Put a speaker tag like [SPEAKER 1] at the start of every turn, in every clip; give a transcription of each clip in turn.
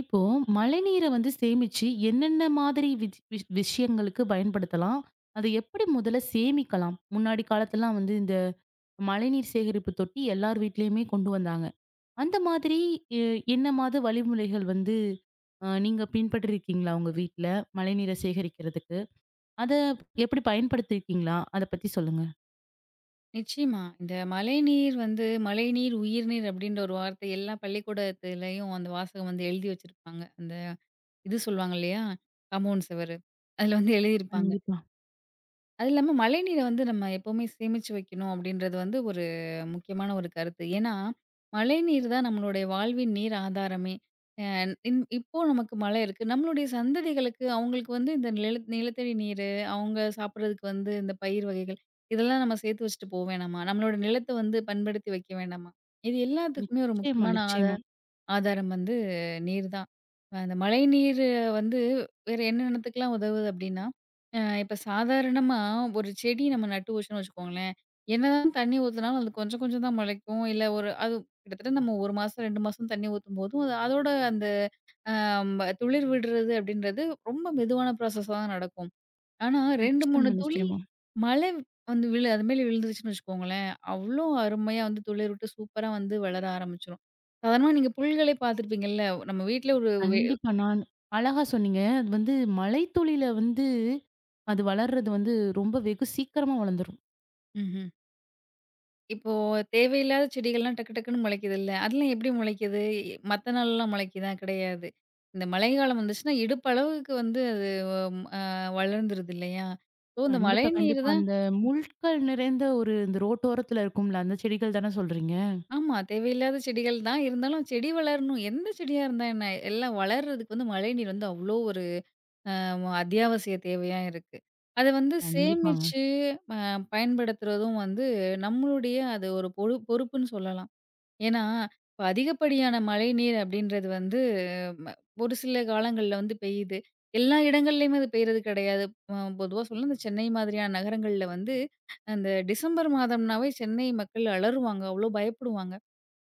[SPEAKER 1] இப்போ மழைநீரை வந்து சேமிச்சு என்னென்ன மாதிரி விஷயங்களுக்கு பயன்படுத்தலாம்? அதை எப்படி முதல்ல சேமிக்கலாம்? முன்னாடி காலத்துலலாம் வந்து இந்த மழைநீர் சேகரிப்பு தொட்டி எல்லார் வீட்லயுமே கொண்டு வந்தாங்க. அந்த மாதிரி எ என்ன மாத வழிமுறைகள் வந்து நீங்க பின்பற்றிருக்கீங்களா உங்க வீட்ல? மழைநீரை சேகரிக்கிறதுக்கு. அத எப்படி பயன்படுத்தியிருக்கீங்களா? அத பத்தி சொல்லுங்க.
[SPEAKER 2] நிச்சயமா. இந்த மழைநீர், உயிர்நீர் அப்டின்ற ஒரு வார்த்தை எல்லா பள்ளிக்கூடத்திலயும் அந்த வாசகம் வந்து எழுதி வச்சிருப்பாங்க. இது சொல்லுவாங்க இல்லையா? காம்பவுண்ட் செவரு. அதுல வந்து எழுதியிருப்பாங்க.
[SPEAKER 1] கண்டிப்பா.
[SPEAKER 2] அது இல்லாம மழைநீரை வந்து நம்ம எப்பவுமே சேமிச்சு வைக்கணும் அப்படின்றது வந்து ஒரு முக்கியமான ஒரு கருத்து. ஏன்னா, மழைநீர் தான் நம்மளுடைய வாழ்வின் நீர் ஆதாரமே. அ இன் இப்போ நமக்கு மழை இருக்கு. நம்மளுடைய சந்ததிகளுக்கு அவங்களுக்கு வந்து இந்த நிலத்தடி நீரு, அவங்க சாப்பிடுறதுக்கு வந்து இந்த பயிர் வகைகள், இதெல்லாம் நம்ம சேர்த்து வச்சுட்டு போ வேணாமா? நம்மளோட நிலத்த வந்து பண்படுத்தி வைக்க வேண்டாமா? இது எல்லாத்துக்குமே ஒரு
[SPEAKER 1] நிச்சயமா,
[SPEAKER 2] முக்கியமான
[SPEAKER 1] நிச்சயமா,
[SPEAKER 2] ஆதாரம் வந்து நீர் தான். அந்த மழைநீர் வந்து வேற என்னென்னத்துக்கெல்லாம் உதவுது அப்டின்னா, இப்ப சாதாரணமா ஒரு செடி நம்ம நட்டு வச்சோம்னு வச்சுக்கோங்களேன், என்னதான் தண்ணி ஊத்துனாலும் அது கொஞ்சம் கொஞ்சம் தான் முளைக்கும். இல்ல ஒரு அது கிட்டத்தட்ட நம்ம 1 மாசம், 2 மாசம் தண்ணி ஊத்தும்போதும், அது அதோட அந்த துளிர் விடுறது அப்டின்றது ரொம்ப மெதுவான ப்ராசஸா தான் நடக்கும். ஆனா 2, 3
[SPEAKER 1] நிச்சயமா,
[SPEAKER 2] துளி
[SPEAKER 1] நிச்சயமா.
[SPEAKER 2] மழை வந்து அது மேல விழுந்துருச்சுன்னு வச்சுக்கோங்களேன், அவ்ளோ அருமையா வந்து துளிர்விட்டு சூப்பரா வந்து வளர ஆரம்பிச்சுரும். சாதாரணமா நீங்க புல்களே பார்த்துருப்பீங்கல்ல, நம்ம வீட்ல ஒரு
[SPEAKER 1] கண்டிப்பா. நான் அழகா சொன்னீங்க. அது வந்து மலைத்துளியில வந்து அது வளர்றது வந்து ரொம்ப வெகு சீக்கிரமா வளர்ந்துரும்.
[SPEAKER 2] ம்ஹ்ம். இப்போ தேவையில்லாத செடிகள்லாம் டக்கு டக்குன்னு முளைக்குதுல்ல, அதெல்லாம் எப்படி முளைக்குது? மத்த நாள்லாம் முளைக்குதா? கிடையாது. இந்த மழைக்காலம் வந்துச்சுன்னா, இடுப்பு அளவுக்கு வந்து அது அ வளர்ந்துருது இல்லையா? ஸோ, இந்த மழை
[SPEAKER 1] கண்டிப்பா,
[SPEAKER 2] நீர்
[SPEAKER 1] கண்டிப்பா.
[SPEAKER 2] தான்.
[SPEAKER 1] அந்த முட்கள் நிறைந்த ஒரு இந்த ரோட்டோரத்துல இருக்கும்ல, அந்த செடிகள் தானே சொல்றீங்க?
[SPEAKER 2] ஆமா, தேவையில்லாத செடிகள் தான். இருந்தாலும் செடி வளரணும். எந்த செடியா இருந்தா என்ன? எல்லாம் வளர்றதுக்கு வந்து மழைநீர் வந்து அவ்ளோ ஒரு அ அத்தியாவசிய தேவையா இருக்கு. அத வந்து
[SPEAKER 1] கண்டிப்பாங்க.
[SPEAKER 2] சேமிச்சு அ பயன்படுத்துறதும் வந்து நம்மளுடைய அது ஒரு பொறுப்புன்னு சொல்லலாம். ஏன்னா, இப்ப அதிகப்படியான மழைநீர் அப்படின்றது வந்து ம ஒரு சில காலங்கள்ல வந்து பெய்யுது. எல்லா இடங்கள்லயுமே அது பெய்றது கிடையாது. பொதுவா சொல்ல இந்த சென்னை மாதிரியான நகரங்கள்ல வந்து அந்த டிசம்பர் மாதம்னாவே சென்னை மக்கள் அலறுவாங்க. அவ்ளோ பயப்படுவாங்க.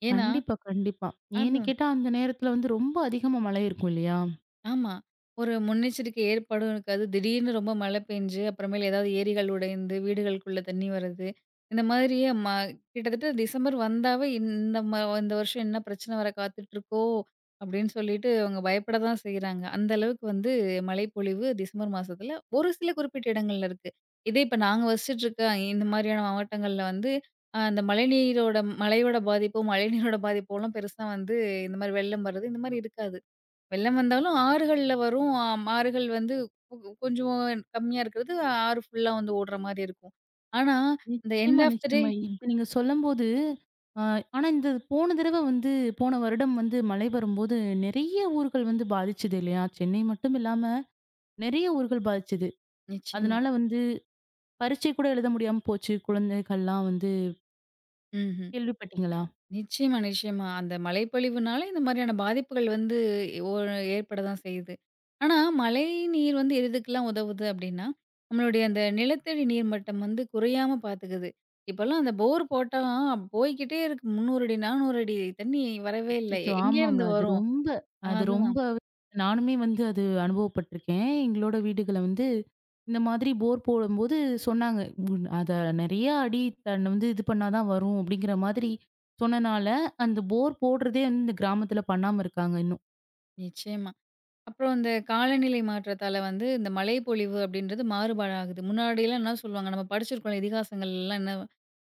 [SPEAKER 2] ஏன்னா
[SPEAKER 1] கண்டிப்பா, கண்டிப்பா. ஏன்னு
[SPEAKER 2] அதான்.
[SPEAKER 1] கேட்டா, அந்த நேரத்துல வந்து ரொம்ப அதிகமா மழை இருக்கும் இல்லையா?
[SPEAKER 2] ஆமா. ஒரு முன்னெச்சரிக்கை ஏற்படும் இருக்காது. திடீர்னு ரொம்ப மழை பெஞ்சு, அப்புறமேல் ஏதாவது ஏரிகள் உடைந்து, வீடுகளுக்குள்ள தண்ணி வருது. இந்த மாதிரியே கிட்டத்தட்ட டிசம்பர் வந்தாவே, இந்த வருஷம் என்ன பிரச்சனை வர காத்துட்ருக்கோ! அப்படின்னு சொல்லிட்டு அவங்க பயப்பட தான் செய்றாங்க. அந்த அளவுக்கு வந்து மழைப்பொழிவு டிசம்பர் மாசத்துல ஒரு சில குறிப்பிட்ட இடங்கள்ல இருக்கு. இதே இப்ப நாங்க வசிச்சுட்ருக்க இந்த மாதிரியான மாவட்டங்கள்ல வந்து, அந்த மழைநீரோட மழையோட பாதிப்போ, மழைநீரோட பாதிப்போலாம் பெருசா வந்து இந்த மாரி வெள்ளம் வர்றது, இந்த மாரி இருக்காது. வெள்ளம் வந்தாலும் ஆறுகள்ல வரும். ஆம் ஆறுகள் வந்து கொ கொஞ்சம் கம்மியா இருக்கிறது. ஆறு ஃபுல்லா வந்து ஓடுற மாரி இருக்கும். ஆனா, இந்த எண்ட்
[SPEAKER 1] நிச்சயமா,
[SPEAKER 2] ஆஃப் த டே.
[SPEAKER 1] நிச்சயமா. இப்ப நீங்க சொல்லும்போது, அ ஆனா இந்த போன தடவ வந்து போன வருடம் வந்து மழை வரும்போது நெறைய ஊர்கள் வந்து பாதிச்சது இல்லையா? சென்னை மட்டும் இல்லாம நெறைய ஊர்கள் பாதிச்சது.
[SPEAKER 2] நிச்சயமா.
[SPEAKER 1] அதனால வந்து பரீட்சை கூட எழுத முடியாம போச்சு குழந்தைகள்லாம் வந்து.
[SPEAKER 2] ம்ஹ்ம்.
[SPEAKER 1] கேள்விப்பட்டீங்களா?
[SPEAKER 2] நிச்சயமா, நிச்சயமா. அந்த மழைப்பொழிவுனால இந்த மாதிரியான பாதிப்புகள் வந்து ஓ, ஏற்பட தான் செய்யுது. ஆனா, மழை நீர் வந்து எது எதுக்கெல்லாம் உதவுது அப்டின்னா, நம்மளுடைய அந்த நிலத்தடி நீர் மட்டம் வந்து குறையாம பாத்துக்குது. இப்பலாம் அந்த போர் போட்டா போய்க்கிட்டே இருக்கு. 300 அடி, 400 அடி தண்ணி வரவே இல்ல.
[SPEAKER 1] அச்சச்சோ! ஆமாங்க.
[SPEAKER 2] எங்கேருந்து
[SPEAKER 1] அது
[SPEAKER 2] வரும்?
[SPEAKER 1] ரொம்ப அது
[SPEAKER 2] அதுதான்.
[SPEAKER 1] ரொம்ப நானுமே வந்து அது அனுபவப்பட்டுருக்கேன். எங்களோட வீடுகள வந்து இந்த மாதிரி போர் போடும்போது சொன்னாங்க. அத நெறைய அடி தன்ன வந்து இது பண்ணா தான் வரும் அப்படிங்கிற மாதிரி சொன்னனால, அந்த போர் போடுறதே வந்து இந்த கிராமத்துல பண்ணாம இருக்காங்க இன்னும்.
[SPEAKER 2] நிச்சயமா. அப்புறம் இந்த காலநிலை மாற்றத்தால வந்து இந்த மழைப்பொழிவு அப்படின்றது மாறுபாடாகுது. முன்னாடிலாம் என்ன சொல்லுவாங்க, நம்ம படிச்சிருக்கோம்ல இதிகாசங்கள்லாம் என்ன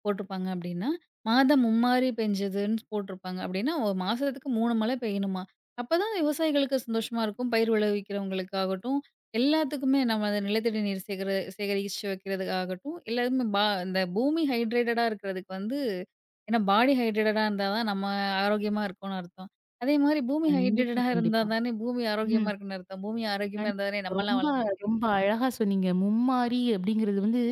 [SPEAKER 2] போட்டிருப்பாங்க அப்டின்னா, மாதம் மும்மாரி பெஞ்சதுன்னு போட்டிருப்பாங்க அப்டின்னா, ஒரு மாசத்துக்கு 3 மழை பெய்யணுமா! அப்பதான் விவசாயிகளுக்கு சந்தோஷமா இருக்கும். பயிர் விளைவிக்கிறவங்களுக்காகட்டும், எல்லாத்துக்குமே நம்ம அந்த நிலத்தடி நீர் சேகரிச்சு வைக்கிறதுக்காகட்டும், எல்லாருமே இந்த பூமி ஹைட்ரேட்டடா இருக்கிறதுக்கு வந்து ஏன்னா பாடி ஹைட்ரேட்டடா இருந்தா தான் நம்ம ஆரோக்கியமா இருக்கோன்னு அர்த்தம். அதேமாரி பூமி
[SPEAKER 1] கண்டிப்பா,
[SPEAKER 2] ஹைட்ரேட்டடா இருந்தா
[SPEAKER 1] கண்டிப்பா.
[SPEAKER 2] தானே பூமி ஆரோக்கியமா
[SPEAKER 1] ம்.
[SPEAKER 2] இருக்குன்னு அர்த்தம். பூமி ஆரோக்கியமா
[SPEAKER 1] கண்
[SPEAKER 2] இருந்தா தானே நம்மலாம்
[SPEAKER 1] ரொம்ப
[SPEAKER 2] வாழ முடியும்.
[SPEAKER 1] ரொம்ப அழகா சொன்னீங்க. மும்மாரி அப்பிடிங்கிறது வந்து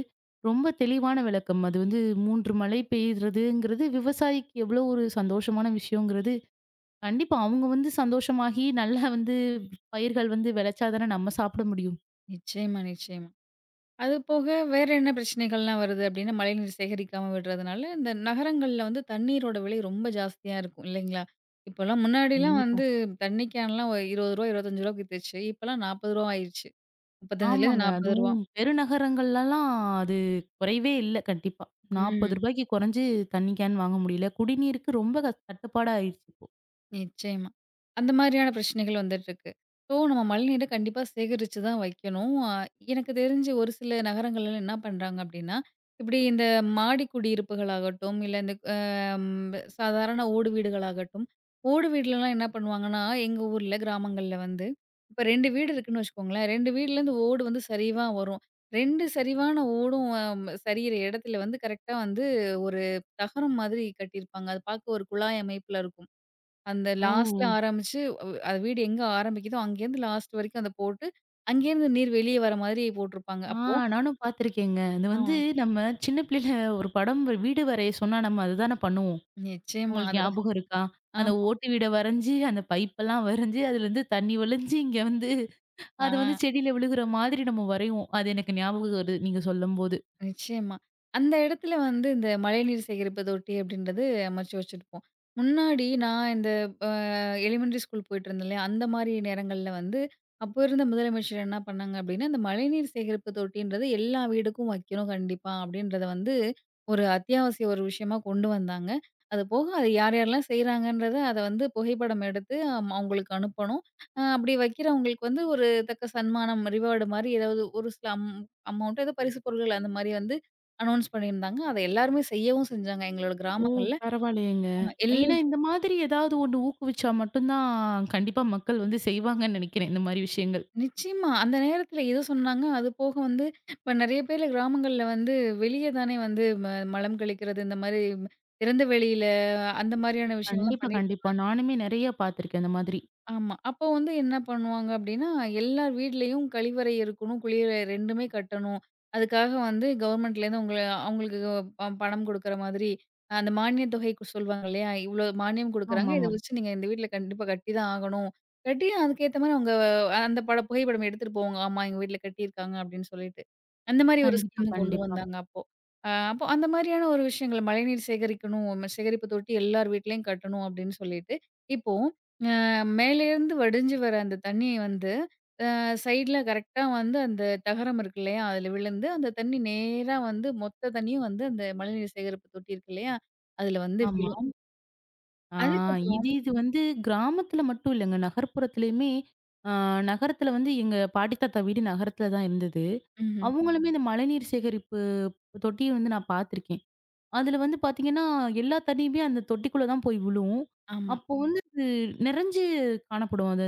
[SPEAKER 1] ரொம்ப தெளிவான விளக்கம். அது வந்து 3 மழை பெய்றதுங்கிறது விவசாயிக்கு எவ்ளோ ஒரு சந்தோஷமான விஷயங்கிறது, கண்டிப்பா அவுங்க வந்து சந்தோஷமாகி நல்லா வந்து பயிர்கள் வந்து விளைச்சா தானே நம்ம சாப்பிட முடியும்.
[SPEAKER 2] நிச்சயமா, நிச்சயமா. அது போக வேற என்ன பிரச்சனைகள்லாம் வருது அப்படின்னா, மழைநீர் சேகரிக்காம விடுறதுனால, இந்த நகரங்கள்ல வந்து தண்ணீரோட விலை ரொம்ப ஜாஸ்தியா இருக்கும் இல்லைங்களா? இப்போலாம் முன்னாடிலாம்
[SPEAKER 1] கண்டிப்பா.
[SPEAKER 2] வந்து தண்ணி கேன்லாம் ரூ. 20, ரூ. 25க்கு வித்துச்சு. இப்போலாம் ரூ. 40 ஆயிருச்சு. 35லேருந்து ரூ.
[SPEAKER 1] ஆமாங்க.
[SPEAKER 2] 40.
[SPEAKER 1] அதுவும் பெருநகரங்கள்லலாம் அது குறைவே இல்ல கண்டிப்பா. ரூ.
[SPEAKER 2] ம்.
[SPEAKER 1] 40க்கு குறைஞ்சு தண்ணி கேன் வாங்க முடியல. குடிநீருக்கு ரொம்ப தட்டுப்பாடா ஆயிருச்சு இப்போ.
[SPEAKER 2] நிச்சயமா. அந்த மாதிரியான பிரச்சனைகள் வந்துட்டுருக்கு. ஸோ நம்ம மழைநீர கண்டிப்பா சேகரிச்சு தான் வைக்கணும். அ எனக்கு தெரிஞ்சு ஒரு சில நகரங்கள்ல என்ன பண்றாங்க அப்படின்னா, இப்படி இந்த மாடி குடியிருப்புகளாகட்டும், இல்ல இந்த அ ம் சாதாரண ஓடு வீடுகளாகட்டும், ஓடு வீட்லலாம் என்ன பண்ணுவாங்கன்னா, எங்க ஊர்ல கிராமங்கள்ல வந்து இப்ப 2 வீடு இருக்குன்னு வச்சுக்கோங்களேன். 2 வீட்லேருந்து ஓடு வந்து சரிவா வரும். 2 சரிவான ஓடும் சரியிற இடத்துல வந்து கரெக்ட்டா வந்து ஒரு தகரம் மாதிரி கட்டியிருப்பாங்க. அது பார்க்க ஒரு குழாய் அமைப்புல இருக்கும். அந்த லாஸ்ட்ல
[SPEAKER 1] ஓ!
[SPEAKER 2] ஆரம்பிச்சு, அது வீடு எங்க ஆரம்பிக்குதோ அங்கேருந்து லாஸ்ட் வரைக்கும் அத போட்டு, அங்கேருந்து நீர் வெளிய வர மாதிரி போட்டிருப்பாங்க.
[SPEAKER 1] ஆ
[SPEAKER 2] அப்போ
[SPEAKER 1] நானும் பார்த்துருக்கேங்க. அது
[SPEAKER 2] ஆ.
[SPEAKER 1] வந்து நம்ம சின்ன பிள்ளையில ஒரு படம் வீடு வரைய சொன்னா நம்ம அதுதானே பண்ணுவோம்.
[SPEAKER 2] நிச்சயமா.
[SPEAKER 1] உங்களுக்கு
[SPEAKER 2] அது
[SPEAKER 1] ஞாபகம் இருக்கா? அந்த
[SPEAKER 2] ஆமா.
[SPEAKER 1] ஓட்டு வீட வரைஞ்சு, அந்த பைப்பெல்லாம் வரைஞ்சு, அதுலருந்து தண்ணி வழிஞ்சு இங்க வந்து
[SPEAKER 2] ஆ,
[SPEAKER 1] அது வந்து செடியில விழுகுற மாதிரி நம்ம வரைவோம். அது எனக்கு ஞாபகம் வருது நீங்க சொல்லும்போது.
[SPEAKER 2] நிச்சயமா. அந்த இடத்துல வந்து இந்த மழைநீர் சேகரிப்பு தொட்டி அப்படின்றது அமைச்சு வச்சிருப்போம். முன்னாடி நான் இந்த எலிமெண்டரி ஸ்கூல் போயிட்டுருந்தேன் இல்லையா? அந்த மாரி நேரங்கள்ல வந்து, அப்போ இருந்த முதலமைச்சர் என்ன பண்ணாங்க அப்டின்னா, "இந்த மழைநீர் சேகரிப்பு தொட்டின்றது எல்லா வீடுக்கும் வைக்கணும் கண்டிப்பா" அப்டின்றத வந்து ஒரு அத்தியாவசிய ஒரு விஷயமா கொண்டு வந்தாங்க. அது போக அது யார் யாரெல்லாம் செய்றாங்கன்றத அத வந்து புகைப்படம் எடுத்து அவங்களுக்கு அனுப்பணும். அப்டி வைக்கிறவங்களுக்கு வந்து ஒரு தக்க சன்மானம், ரிவார்டு மாரி ஏதாவது ஒரு சில அமௌண்ட் ஏதோ பரிசு பொருட்கள் அந்த மாரி வந்து அனௌன்ஸ் பண்ணியிருந்தாங்க. அத எல்லாருமே செய்யவும் செஞ்சாங்க எங்களோட
[SPEAKER 1] ஓ!
[SPEAKER 2] கிராமங்கள்ல.
[SPEAKER 1] பரவாயில்லையேங்க.
[SPEAKER 2] அ எல்லா
[SPEAKER 1] ஏன்னா, இந்த மாதிரி ஏதாவது ஒண்ணு ஊக்குவிச்சா மட்டும் தான் கண்டிப்பா மக்கள் வந்து செய்வாங்கன்னு நெனைக்கிறேன், இந்த மாரி விஷயங்கள்.
[SPEAKER 2] நிச்சயமா. அந்த நேரத்துல எது சொன்னாங்க, அது போக வந்து இப்ப நெறைய பேரு கிராமங்கள்ல வந்து வெளிய தானே வந்து மலம் கழிக்கிறது, இந்த மாரி திறந்த வெளியில அந்த மாரியான விஷயங்கள்லாம்
[SPEAKER 1] கண்டிப்பா,
[SPEAKER 2] பண்ணிட்டு
[SPEAKER 1] கண்டிப்பா. நானுமே நெறைய பார்த்துருக்கேன் அந்த மாதிரி.
[SPEAKER 2] ஆமா. அப்போ வந்து என்ன பண்ணுவாங்க அப்டின்னா, எல்லார் வீட்லயும் கழிவறை இருக்கணும், குளியலறை 2மே கட்டணும். அதுக்காக வந்து கவர்மெண்ட்லேருந்து உங்கள அவங்களுக்கு பணம் குடுக்குற மாதிரி, அந்த மானியத் தொகை சொல்வாங்க இல்லையா? இவ்ளோ மானியம் குடுக்குறாங்க. இத
[SPEAKER 1] ஆமாமா.
[SPEAKER 2] வச்சு நீங்க இந்த வீட்ல கண்டிப்பா கட்டி தான் ஆகணும். கட்டி அதுக்கேத்த மாரி அவங்க அந்த புகைப்படம் எடுத்துட்டு போவாங்க. ஆமா எங்க வீட்ல கட்டியிருக்காங்க அப்டின்னு சொல்லிட்டு. அந்த மாரி ஒரு
[SPEAKER 1] கண்டிப்பா,
[SPEAKER 2] ஸ்கீம் கொண்டு
[SPEAKER 1] கண்டிப்பா.
[SPEAKER 2] வந்தாங்க அப்போ. அப்போ அந்த மாரியான ஒரு விஷயங்கள் மழைநீர் சேகரிக்கணும், சேகரிப்பு தொட்டி எல்லார் வீட்லயும் கட்டணும் அப்டின்னு சொல்லிட்டு, இப்போ மேலேருந்து வடிஞ்சு வர அந்த தண்ணி வந்து, அ சைடுல கரெக்ட்டா வந்து அந்த தகரம் இருக்கு இல்லையா? அதுல விழுந்து, அந்த தண்ணி நேரா வந்து மொத்த தண்ணியும் வந்து அந்த மழைநீர் சேகரிப்பு தொட்டி இருக்கு இல்லையா? அதுல வந்து
[SPEAKER 1] ஆமா.
[SPEAKER 2] விழும்.
[SPEAKER 1] ஆ
[SPEAKER 2] அதுக்கப்புறம்
[SPEAKER 1] இது இது வந்து கிராமத்துல மட்டும் இல்லங்க. நகர்ப்புறத்துலயுமே ஆ நகரத்துல வந்து எங்க பாட்டி தாத்தா வீடு நகரத்துல தான் இருந்தது. ம்.
[SPEAKER 2] ம்ஹ்ம்.
[SPEAKER 1] அவங்களுமே இந்த மழைநீர் சேகரிப்பு தொட்டிய வந்து நான் பார்த்துருக்கேன். அதுல வந்து பார்த்தீங்கன்னா, எல்லா தண்ணியுமே அந்த தொட்டிக்குள்ள தான் போய் விழும்.
[SPEAKER 2] ஆமா.
[SPEAKER 1] அப்போ வந்து அது நிறைஞ்சு காணப்படும். அது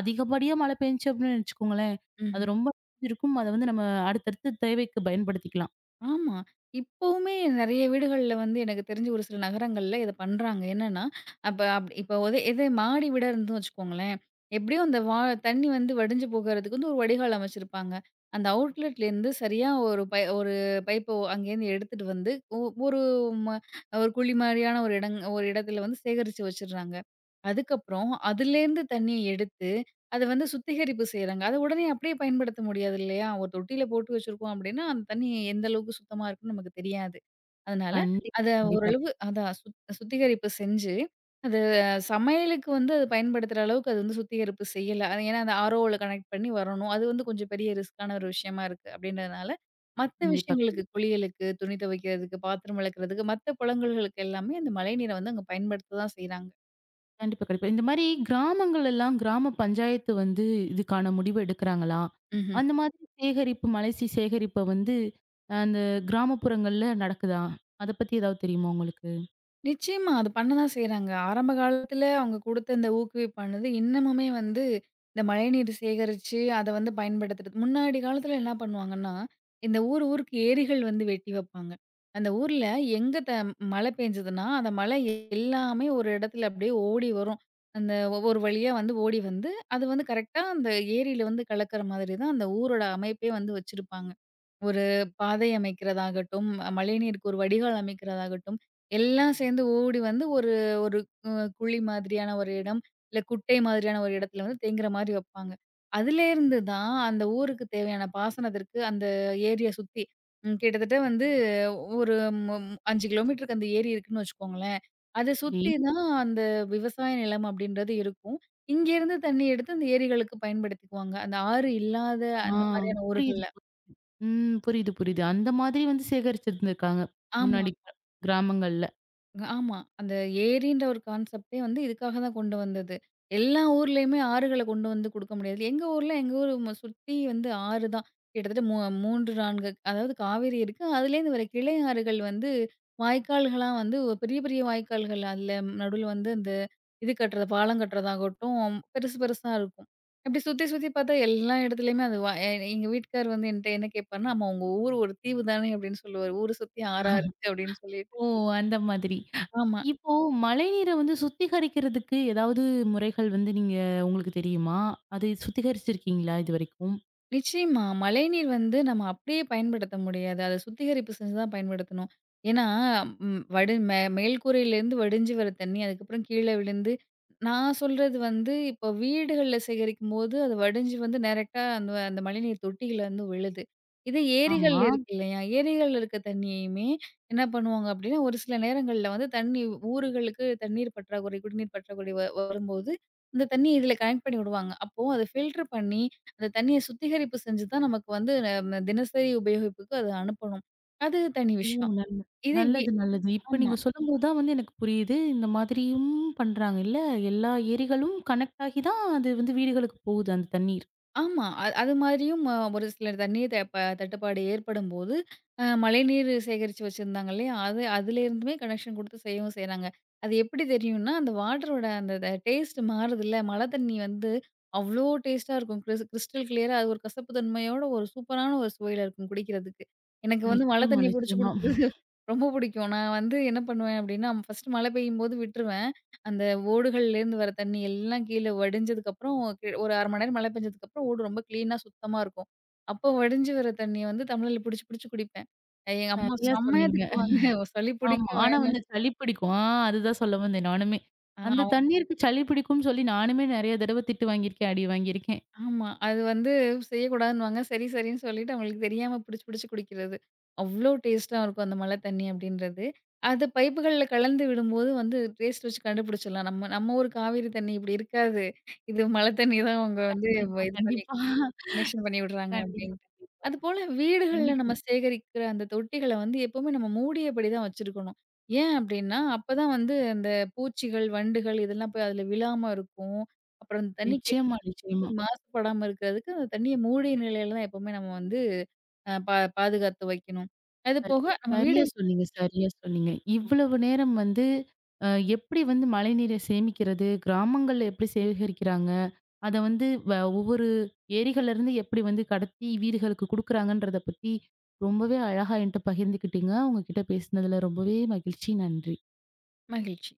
[SPEAKER 1] அதிகப்படியா மழை பெஞ்சுச்சு அப்படின்னு வச்சுக்கோங்களேன், அது
[SPEAKER 2] ம்ஹ்ம்.
[SPEAKER 1] ரொம்ப இருக்கும். அத வந்து நம்ம அடுத்தடுத்து தேவைக்கு பயன்படுத்திக்கலாம்.
[SPEAKER 2] ஆமா. இப்பவுமே நெறைய வீடுகள்ல வந்து எனக்கு தெரிஞ்சு ஒரு சில நகரங்கள்ல இத பண்றாங்க. என்னன்னா, அப்ப அப் இப்ப இதே மாடி வீடா இருந்துன்னு வச்சுக்கோங்களேன், எப்படியும் அந்த தண்ணி வந்து வடிஞ்சு போகறதுக்கு வந்து ஒரு வடிகால் அமைச்சிருப்பாங்க. அந்த அவுட்லெட்லேருந்து சரியா ஒரு பைப்ப அங்கேருந்து எடுத்துட்டு வந்து ஒ ஒரு ம ஒரு குழி மாரியான ஒரு இடத்துல வந்து சேகரிச்சு வச்சுடுறாங்க. அதுக்கப்புறம் அதுலேருந்து தண்ணிய எடுத்து அது வந்து சுத்திகரிப்பு செய்றாங்க. அத உடனே அப்படியே பயன்படுத்த முடியாது இல்லையா? ஒரு தொட்டியில போட்டு வச்சிருக்கோம் அப்படின்னா, அந்த தண்ணி எந்த அளவுக்கு சுத்தமா இருக்குன்னு நமக்கு தெரியாது. அதனால
[SPEAKER 1] கண்டிப்பா,
[SPEAKER 2] அத
[SPEAKER 1] கண்டிப்பா,
[SPEAKER 2] ஓரளவு அதான் சுத்திகரிப்பு செஞ்சு, அது சமையலுக்கு வந்து அது பயன்படுத்துற அளவுக்கு அது வந்து சுத்திகரிப்பு செய்யல. அது ஏன்னா அந்த ஆர்ஓல கனெக்ட் பண்ணி வரணும். அது வந்து கொஞ்சம் பெரிய ரிஸ்க்கான ஒரு விஷயமா இருக்கு அப்படின்றதுனால, மத்த
[SPEAKER 1] கண்டிப்பா.
[SPEAKER 2] விஷயங்களுக்கு குளியலுக்கு, துணி துவைக்கிறதுக்கு, பாத்திரம் விளக்குறதுக்கு, மத்த புழங்கல்களுக்கு எல்லாமே அந்த மழைநீரை வந்து அங்க பயன்படுத்த தான் செய்றாங்க.
[SPEAKER 1] கண்டிப்பா, கண்டிப்பா. இந்த மாரி கிராமங்கள் எல்லாம் கிராம பஞ்சாயத்து வந்து இதுக்கான முடிவு எடுக்குறாங்களா?
[SPEAKER 2] ம்ஹ்ம்.
[SPEAKER 1] அந்த மாதிரி சேகரிப்பு, மலைசி சேகரிப்ப வந்து அந்த கிராமப்புறங்கள்ல நடக்குதா? அத பத்தி ஏதாவது தெரியுமா உங்களுக்கு?
[SPEAKER 2] நிச்சயமா. அது பண்ணதான் செய்றாங்க. ஆரம்ப காலத்துல அவங்க குடுத்த இந்த ஊக்குவிப்பானது இன்னமுமே வந்து இந்த மழைநீர் சேகரிச்சு, அத வந்து பயன்படுத்துறது. முன்னாடி காலத்துல என்ன பண்ணுவாங்கன்னா, இந்த ஊர் ஊருக்கு ஏரிகள் வந்து வெட்டி வைப்பாங்க. அந்த ஊர்ல எங்க மழை பெஞ்சதுன்னா, அந்த மழை எல்லாமே ஒரு இடத்துல அப்படியே ஓடி வரும். அந்த ஒவ்வொரு வழியா வந்து ஓடி வந்து, அது வந்து கரெக்ட்டா அந்த ஏரியில வந்து கலக்கிற மாதிரி தான் அந்த ஊரோட அமைப்பே வந்து வச்சிருப்பாங்க. ஒரு பாதை அமைக்கிறதாகட்டும், மழைநீருக்கு ஒரு வடிகால் அமைக்கிறதாகட்டும், எல்லாம் சேர்ந்து ஓடி வந்து ஒரு ஒரு அ குழி மாதிரியான ஒரு இடம், இல்ல குட்டை மாதிரியான ஒரு இடத்துல வந்து தேங்குற மாரி வைப்பாங்க. அதுலேருந்து தான் அந்த ஊருக்கு தேவையான பாசனத்திற்கு அந்த ஏரிய சுத்தி கிட்டத்தட்ட வந்து ஒரு மு 5 கிலோமீட்டருக்கு அந்த ஏரி இருக்குன்னு வச்சுக்கோங்களேன். அத சுத்தி
[SPEAKER 1] சரி.
[SPEAKER 2] தான் அந்த விவசாய நிலம் அப்படின்றது இருக்கும். இங்கேருந்து தண்ணி எடுத்து அந்த ஏரிகளுக்கு பயன்படுத்திக்குவாங்க. அந்த ஆறு இல்லாத
[SPEAKER 1] ஆ
[SPEAKER 2] அந்த மாரியான
[SPEAKER 1] புரியுது.
[SPEAKER 2] ஊர்கள்ல.
[SPEAKER 1] ம். புரியுது, புரியுது. அந்த மாதிரி வந்து சேகரிச்சிருந்துருக்காங்க.
[SPEAKER 2] ஆமா.
[SPEAKER 1] முன்னாடி கிராமங்கள்ல.
[SPEAKER 2] ஆமா. அந்த ஏரின்ற ஒரு கான்செப்ட்டே வந்து இதுக்காக தான் கொண்டு வந்தது. எல்லா ஊர்லயுமே ஆறுகள கொண்டு வந்து குடுக்க முடியாது. எங்க ஊர்ல எங்க ஊரு சுத்தி வந்து ஆறு தான். கிட்டத்தட்ட 3, 4 அதாவது காவேரி இருக்கு. அதுலேருந்து வர கிளை ஆறுகள் வந்து வாய்க்கால்களா வந்து பெரிய பெரிய வாய்க்கால்கள். அதுல நடுவுல வந்து அந்த இது கட்டுறது, பாலம் கட்டுறதாகட்டும் பெருசு பெருசா இருக்கும். இப்படி சுத்தி சுத்தி பார்த்தா எல்லா இடத்துலயுமே அது வ எ எங்க வீட்டுக்கார் வந்து என்ட்ட என்ன கேட்பார்ன்னா, "அம்மா உங்க ஊர் ஒரு தீவு தானே" அப்படின்னு சொல்லுவாரு. ஊர சுத்தி ஆறா இருக்கு அப்படின்னு சொல்லிட்டு.
[SPEAKER 1] ஓ! அந்த மாதிரி.
[SPEAKER 2] ஆமா.
[SPEAKER 1] இப்போ மழைநீர வந்து சுத்திகரிக்கிறதுக்கு ஏதாவது முறைகள் வந்து நீங்க உங்களுக்கு தெரியுமா? அது சுத்திகரிச்சிருக்கீங்களா இதுவரைக்கும்?
[SPEAKER 2] நிச்சயமா. மழைநீர் வந்து நம்ம அப்படியே பயன்படுத்த முடியாது. அத சுத்திகரிப்பு செஞ்சு தான் பயன்படுத்தணும். ஏன்னா, ம் வடி மே மேல்கூரையிலேருந்து வடிஞ்சு வர தண்ணி, அதுக்கப்புறம் கீழ விழுந்து நான் சொல்றது வந்து, இப்போ வீடுகள்ல சேகரிக்கும்போது, அது வடிஞ்சு வந்து டைரக்ட்டா அந்த அந்த மழைநீர் தொட்டியில வந்து விழுது. இதே ஏரிகள்ல
[SPEAKER 1] ஆமா.
[SPEAKER 2] இருக்கு இல்லையா? ஏரிகள்ல இருக்க தண்ணியுமே என்ன பண்ணுவாங்க அப்படின்னா, ஒரு சில நேரங்கள்ல வந்து தண்ணி ஊருகளுக்கு தண்ணீர் பற்றாக்குறை, குடிநீர் பற்றாக்குறை வரும்போது, இந்த தண்ணி இதில கனெக்ட் பண்ணி விடுவாங்க. அப்போ அத ஃபில்டர் பண்ணி அந்த தண்ணீய சுத்திகரிப்பு செஞ்சு தான் நமக்கு வந்து தினசரி உபயோகிப்புக்கு அத அனுப்பணும். அது தனி
[SPEAKER 1] ஓ!
[SPEAKER 2] விஷயம்.
[SPEAKER 1] நல்ல
[SPEAKER 2] இதே
[SPEAKER 1] நல்லது, நல்லது. இப்ப
[SPEAKER 2] ஆமா.
[SPEAKER 1] நீங்க சொல்லும்போது தான் வந்து எனக்கு புரியுது. இந்த மாதிரியும் பண்றாங்க இல்ல? எல்லா ஏரிகளும் கனெக்ட் ஆகி தான் அது வந்து வீடுகளுக்கு போகுது அந்த தண்ணீர்.
[SPEAKER 2] ஆமா. அது மாதிரியும் ஒரு சில தண்ணீர் த ப தட்டுப்பாடு ஏற்படும்போது, மழைநீர் சேகரிச்சு வச்சிருந்தாங்க இல்லையா? அது அதுலேருந்துமே கனெக்ஷன் குடுத்து செய்யவும் செய்றாங்க. அது எப்படி தெரியும்னா, அந்த வாட்டரோட அந்த டேஸ்ட் மாறுதுல்ல. மழை தண்ணி வந்து அவ்ளோ டேஸ்ட்டா இருக்கும். கிறிஸ்டல் கிளியரா அது ஒரு கசப்பு தன்மையோட ஒரு சூப்பரான ஒரு சுவையில இருக்கும் குடிக்கிறதுக்கு. எனக்கு வந்து மழை
[SPEAKER 1] நிச்சயமா,
[SPEAKER 2] தண்ணி புடிச்சு
[SPEAKER 1] நிச்சயமா.
[SPEAKER 2] குடிக்கிறது ரொம்ப புடிக்கும். நான் வந்து என்ன பண்ணுவேன் அப்படின்னா, ஃபர்ஸ்ட்டு மழை பெய்யும்போது விட்டுருவேன். அந்த ஓடுகள்லேருந்து வர தண்ணி எல்லாம் கீழ வடிஞ்சதுக்கப்புறம், ஒரு 1/2 மணி நேரம் மழை பெஞ்சதுக்கப்புறம் ஓடு ரொம்ப கிளீனா, சுத்தமா இருக்கும். அப்போ வடிஞ்சு வர தண்ணிய வந்து டம்ளர்ல புடிச்சு, புடிச்சு குடிப்பேன். எங்க அம்மா
[SPEAKER 1] சரியா
[SPEAKER 2] செம்மையா
[SPEAKER 1] சொன்னீங்க.
[SPEAKER 2] திட்டுவாங்க. சளி
[SPEAKER 1] ஆமா.
[SPEAKER 2] பிடிக்கும்
[SPEAKER 1] ஆனா
[SPEAKER 2] வேணா.
[SPEAKER 1] வந்து சளி பிடிக்கும். அதுதான் சொல்ல வந்தேன் நானுமே.
[SPEAKER 2] ஆ
[SPEAKER 1] அந்த
[SPEAKER 2] அவ
[SPEAKER 1] தண்ணீருக்கு சளி பிடிக்கும்னு சொல்லி நானுமே நெறைய தடவ திட்டு வாங்கியிருக்கேன், அடி வாங்கியிருக்கேன்.
[SPEAKER 2] ஆமா. அது வந்து செய்யக்கூடாதுன்னுவாங்க. சரி, சரின்னு சொல்லிட்டு அவங்களுக்கு தெரியாம புடிச்சு, புடிச்சு குடிக்கிறது. அவ்ளோ டேஸ்ட்டா இருக்கும் அந்த மழை தண்ணி அப்படின்றது. அது பைப்புகள்ல கலந்து விடும்போது வந்து டேஸ்ட் வச்சு கண்டுபிடிச்சிடலாம். நம்ம நம்ம ஊர் காவேரி தண்ணி இப்படி இருக்காது. இது மழை தண்ணி தான் அவங்க வந்து
[SPEAKER 1] கண்டிப்பா,
[SPEAKER 2] இது பண்ணி
[SPEAKER 1] கண்டிப்பா.
[SPEAKER 2] கலெக்ஷன் பண்ணி விடுறாங்க
[SPEAKER 1] கண்டிப்பா,
[SPEAKER 2] அப்டின்ட்டு.
[SPEAKER 1] கண்டிப்பா.
[SPEAKER 2] அதுபோல வீடுகள்ல
[SPEAKER 1] கண்டிப்பா.
[SPEAKER 2] நம்ம சேகரிக்கிற அந்த தொட்டிகள வந்து எப்பவுமே நம்ம மூடியபடி தான் வச்சிருக்கணும். ஏன் அப்டின்னா, அப்பதான் வந்து அந்த பூச்சிகள், வண்டுகள் இதெல்லாம் போய் அதுல விழாம இருக்கும். அப்புறம் அந்த தண்ணி கெட்டி
[SPEAKER 1] நிச்சயமா, நிச்சயமா.
[SPEAKER 2] மாசுபடாம இருக்கிறதுக்கு அந்த தண்ணிய மூடிய நிலையில தான் எப்பவுமே நம்ம வந்து அ பா பாதுகாத்து வைக்கணும். அது
[SPEAKER 1] சரி.
[SPEAKER 2] போக நம்ம வீடு
[SPEAKER 1] சரியா சொன்னீங்க, சரியா சொன்னீங்க. இவ்வளவு நேரம் வந்து அ எப்படி வந்து மழைநீரை சேமிக்கிறது? கிராமங்கள்ல எப்படி சேகரிக்கிறாங்க? அத வந்து ஒவ்வொரு ஏரிகள்லேருந்து எப்படி வந்து கடத்தி வீடுகளுக்கு குடுக்குறாங்கன்றத பத்தி ரொம்பவே அழகா என்ட்ட பகிர்ந்துக்கிட்டீங்க. உங்க கிட்ட பேசினதுல ரொம்பவே மகிழ்ச்சி. நன்றி.
[SPEAKER 2] மகிழ்ச்சி.